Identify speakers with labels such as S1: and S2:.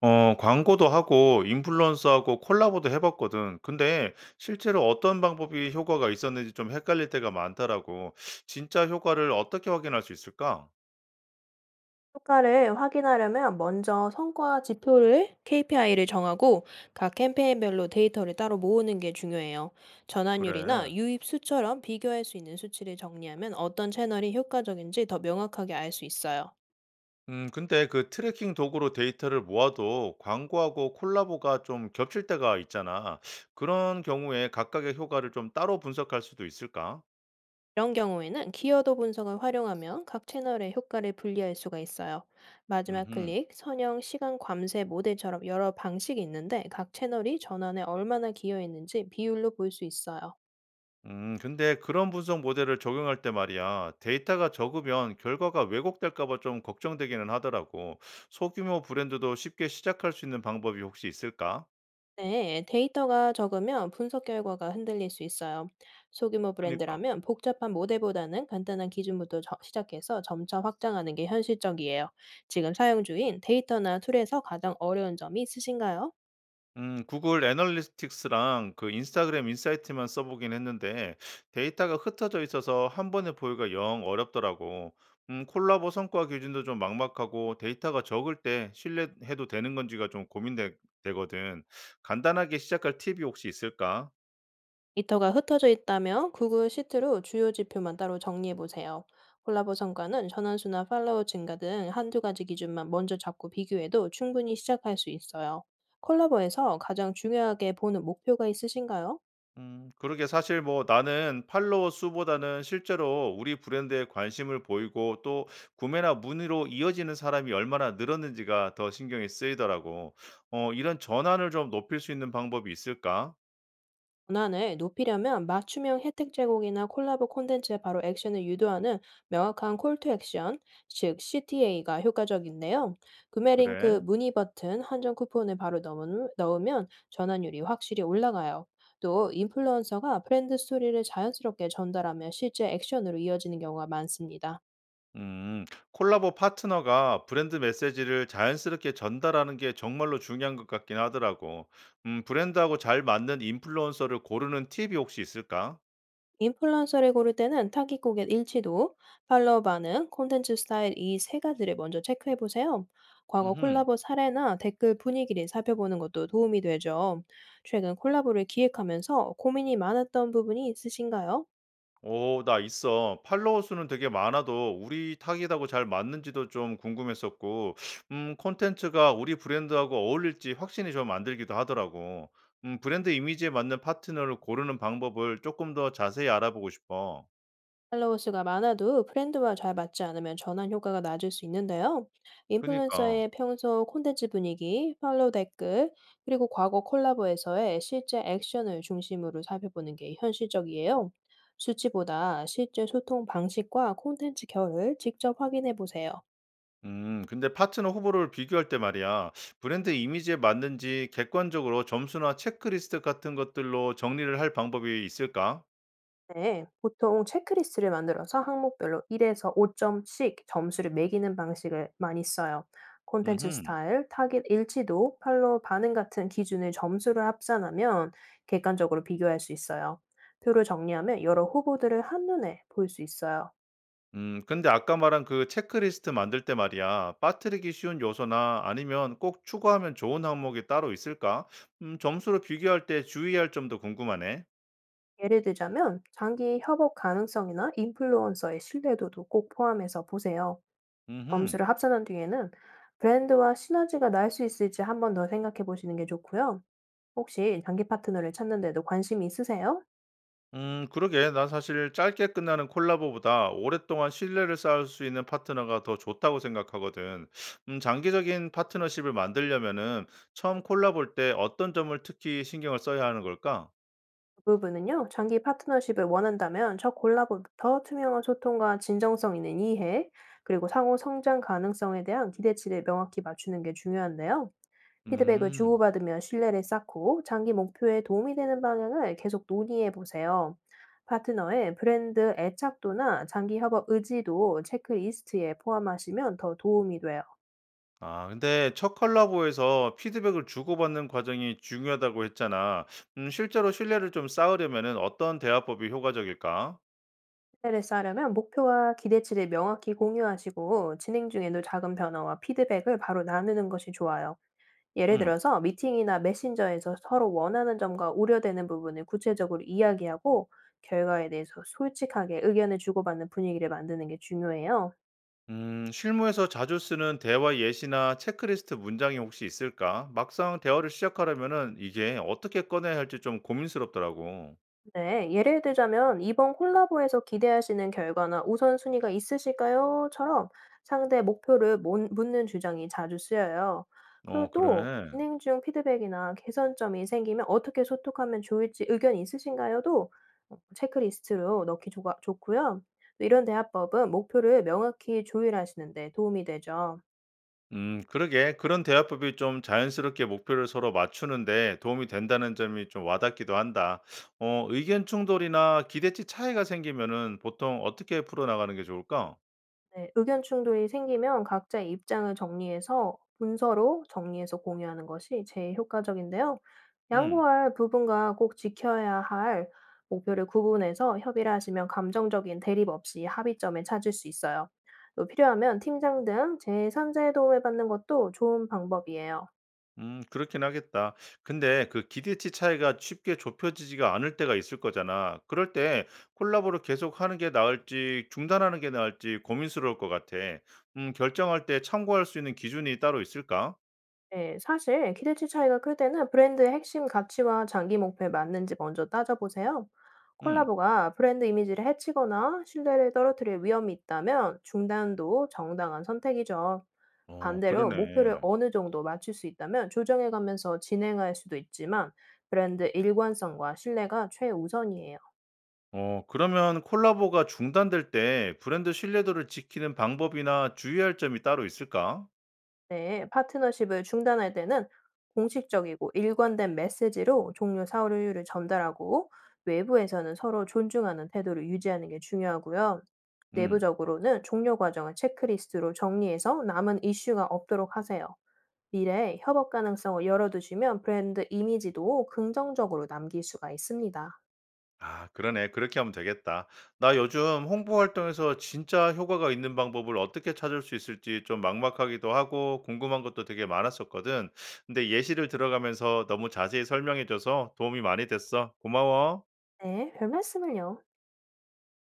S1: 광고도 하고 인플루언서하고 콜라보도 해 봤거든. 근데 실제로 어떤 방법이 효과가 있었는지 좀 헷갈릴 때가 많더라고. 진짜 효과를 어떻게 확인할 수 있을까?
S2: 효과를 확인하려면 먼저 성과 지표를 KPI를 정하고 각 캠페인별로 데이터를 따로 모으는 게 중요해요. 전환율이나
S1: 그래.
S2: 유입 수처럼 비교할 수 있는 수치를 정리하면 어떤 채널이 효과적인지 더 명확하게 알 수 있어요.
S1: 근데 그 트래킹 도구로 데이터를 모아도 광고하고 콜라보가 좀 겹칠 때가 있잖아. 그런 경우에 각각의 효과를 좀 따로 분석할 수도 있을까?
S2: 이런 경우에는 키워드 분석을 활용하면 각 채널의 효과를 분리할 수가 있어요. 마지막
S1: 음
S2: 클릭, 선형, 시간 괌세 모델처럼 여러 방식이 있는데 각 채널이 전환에 얼마나 기여했는지 비율로 볼 수 있어요.
S1: 근데 그런 분석 모델을 적용할 때 말이야, 데이터가 적으면 결과가 왜곡될까 봐 좀 걱정되기는 하더라고. 소규모 브랜드도 쉽게 시작할 수 있는 방법이 혹시 있을까?
S2: 네, 데이터가 적으면 분석 결과가 흔들릴 수 있어요. 소규모
S1: 그니까.
S2: 브랜드라면 복잡한 모델보다는 간단한 기준부터 시작해서 점차 확장하는 게 현실적이에요. 지금 사용 중인 데이터나 툴에서 가장 어려운 점이 있으신가요?
S1: 구글 애널리틱스랑 그 인스타그램 인사이트만 써보긴 했는데 데이터가 흩어져 있어서 한 번에 보기가 영 어렵더라고. 콜라보 성과 기준도 좀 막막하고 데이터가 적을 때 신뢰해도 되는 건지가 좀 고민되거든. 간단하게 시작할 팁이 혹시 있을까?
S2: 데이터가 흩어져 있다면 구글 시트로 주요 지표만 따로 정리해 보세요. 콜라보 성과는 전환수나 팔로워 증가 등 한두 가지 기준만 먼저 잡고 비교해도 충분히 시작할 수 있어요. 콜라보에서 가장 중요하게 보는 목표가 있으신가요?
S1: 그러게 사실 뭐 나는 팔로워 수보다는 실제로 우리 브랜드에 관심을 보이고 또 구매나 문의로 이어지는 사람이 얼마나 늘었는지가 더 신경이 쓰이더라고. 이런 전환을 좀 높일 수 있는 방법이 있을까?
S2: 권한을 높이려면 맞춤형 혜택 제공이나 콜라보 콘텐츠에 바로 액션을 유도하는 명확한 콜투 액션, 즉 CTA가 효과적인데요. 구매
S1: 그래?
S2: 링크, 문의 버튼, 한정 쿠폰을 바로 넣으면 전환율이 확실히 올라가요. 또 인플루언서가 브랜드 스토리를 자연스럽게 전달하면 실제 액션으로 이어지는 경우가 많습니다.
S1: 음. 콜라보 파트너가 브랜드 메시지를 자연스럽게 전달하는 게 정말로 중요한 것 같긴 하더라고. 브랜드하고 잘 맞는 인플루언서를 고르는 팁이 혹시 있을까?
S2: 인플루언서를 고를 때는 타깃 고객 일치도, 팔로워 반응, 콘텐츠 스타일 이 세 가지를 먼저 체크해 보세요. 과거
S1: 음
S2: 콜라보 사례나 댓글 분위기를 살펴보는 것도 도움이 되죠. 최근 콜라보를 기획하면서 고민이 많았던 부분이 있으신가요?
S1: 오 나 있어. 팔로워 수는 되게 많아도 우리 타깃하고 잘 맞는지도 좀 궁금했었고 콘텐츠가 우리 브랜드하고 어울릴지 확신이 좀 안 들기도 하더라고. 브랜드 이미지에 맞는 파트너를 고르는 방법을 조금 더 자세히 알아보고 싶어.
S2: 팔로워 수가 많아도 브랜드와 잘 맞지 않으면 전환 효과가 낮을 수 있는데요.
S1: 그니까.
S2: 인플루언서의 평소 콘텐츠 분위기, 팔로우 댓글, 그리고 과거 콜라보에서의 실제 액션을 중심으로 살펴보는 게 현실적이에요. 수치보다 실제 소통 방식과 콘텐츠 결을 직접 확인해 보세요.
S1: 근데 파트너 후보를 비교할 때 말이야. 브랜드 이미지에 맞는지 객관적으로 점수나 체크리스트 같은 것들로 정리를 할 방법이 있을까?
S2: 네, 보통 체크리스트를 만들어서 항목별로 1에서 5점씩 점수를 매기는 방식을 많이 써요. 콘텐츠
S1: 음흠.
S2: 스타일, 타깃 일치도, 팔로우 반응 같은 기준을 점수를 합산하면 객관적으로 비교할 수 있어요. 표를 정리하면 여러 후보들을 한눈에 볼 수 있어요.
S1: 근데 아까 말한 그 체크리스트 만들 때 말이야, 빠뜨리기 쉬운 요소나 아니면 꼭 추가하면 좋은 항목이 따로 있을까? 점수로 비교할 때 주의할 점도 궁금하네.
S2: 예를 들자면, 장기 협업 가능성이나 인플루언서의 신뢰도도 꼭 포함해서 보세요.
S1: 음흠.
S2: 점수를 합산한 뒤에는 브랜드와 시너지가 날 수 있을지 한번 더 생각해 보시는 게 좋고요. 혹시 장기 파트너를 찾는 데도 관심이 있으세요?
S1: 그러게. 난 사실 짧게 끝나는 콜라보보다 오랫동안 신뢰를 쌓을 수 있는 파트너가 더 좋다고 생각하거든. 장기적인 파트너십을 만들려면은 처음 콜라볼 때 어떤 점을 특히 신경을 써야 하는 걸까?
S2: 그 부분은요, 장기 파트너십을 원한다면 첫 콜라보부터 투명한 소통과 진정성 있는 이해, 그리고 상호 성장 가능성에 대한 기대치를 명확히 맞추는 게 중요한데요. 피드백을
S1: 음.
S2: 주고받으며 신뢰를 쌓고 장기 목표에 도움이 되는 방향을 계속 논의해 보세요. 파트너의 브랜드 애착도나 장기 협업 의지도 체크리스트에 포함하시면 더 도움이 돼요.
S1: 아, 근데 첫 컬라보에서 피드백을 주고받는 과정이 중요하다고 했잖아. 실제로 신뢰를 좀 쌓으려면은 어떤 대화법이 효과적일까?
S2: 신뢰를 쌓으려면 목표와 기대치를 명확히 공유하시고 진행 중에도 작은 변화와 피드백을 바로 나누는 것이 좋아요. 예를
S1: 음.
S2: 들어서 미팅이나 메신저에서 서로 원하는 점과 우려되는 부분을 구체적으로 이야기하고 결과에 대해서 솔직하게 의견을 주고받는 분위기를 만드는 게 중요해요.
S1: 실무에서 자주 쓰는 대화 예시나 체크리스트 문장이 혹시 있을까? 막상 대화를 시작하려면은 이게 어떻게 꺼내야 할지 좀 고민스럽더라고.
S2: 네, 예를 들자면 "이번 콜라보에서 기대하시는 결과나 우선순위가 있으실까요?"처럼 상대 목표를 몬 묻는 주장이 자주 쓰여요. 그리고
S1: 어,
S2: 또
S1: 그래.
S2: "진행 중 피드백이나 개선점이 생기면 어떻게 소통하면 좋을지 의견 있으신가요?"도 체크리스트로 넣기 좋 좋고요. 또 이런 대화법은 목표를 명확히 조율하시는 데 도움이 되죠.
S1: 그러게. 그런 대화법이 좀 자연스럽게 목표를 서로 맞추는데 도움이 된다는 점이 좀 와닿기도 한다. 어, 의견 충돌이나 기대치 차이가 생기면은 보통 어떻게 풀어나가는 게 좋을까?
S2: 네. 의견 충돌이 생기면 각자의 입장을 정리해서 문서로 정리해서 공유하는 것이 제일 효과적인데요.
S1: 음,
S2: 양보할 부분과 꼭 지켜야 할 목표를 구분해서 협의를 하시면 감정적인 대립 없이 합의점을 찾을 수 있어요. 또 필요하면 팀장 등 제3자의 도움을 받는 것도 좋은 방법이에요.
S1: 그렇긴 하겠다. 근데 그 기대치 차이가 쉽게 좁혀지지가 않을 때가 있을 거잖아. 그럴 때 콜라보를 계속 하는 게 나을지 중단하는 게 나을지 고민스러울 것 같아. 결정할 때 참고할 수 있는 기준이 따로 있을까?
S2: 네. 사실 기대치 차이가 클 때는 브랜드의 핵심 가치와 장기 목표에 맞는지 먼저 따져보세요.
S1: 음,
S2: 콜라보가 브랜드 이미지를 해치거나 신뢰를 떨어뜨릴 위험이 있다면 중단도 정당한 선택이죠.
S1: 어,
S2: 반대로 목표를
S1: 그러네.
S2: 어느 정도 맞출 수 있다면 조정해가면서 진행할 수도 있지만 브랜드 일관성과 신뢰가 최우선이에요.
S1: 어, 그러면 콜라보가 중단될 때 브랜드 신뢰도를 지키는 방법이나 주의할 점이 따로 있을까?
S2: 네, 파트너십을 중단할 때는 공식적이고 일관된 메시지로 종료 사유를 전달하고 외부에서는 서로 존중하는 태도를 유지하는 게 중요하고요.
S1: 음.
S2: 내부적으로는 종료 과정을 체크리스트로 정리해서 남은 이슈가 없도록 하세요. 미래에 협업 가능성을 열어두시면 브랜드 이미지도 긍정적으로 남길 수가 있습니다.
S1: 아, 그러네. 그렇게 하면 되겠다. 나 요즘 홍보 활동에서 진짜 효과가 있는 방법을 어떻게 찾을 수 있을지 좀 막막하기도 하고 궁금한 것도 되게 많았었거든. 근데 예시를 들어가면서 너무 자세히 설명해줘서 도움이 많이 됐어. 고마워.
S2: 네, 별 말씀을요.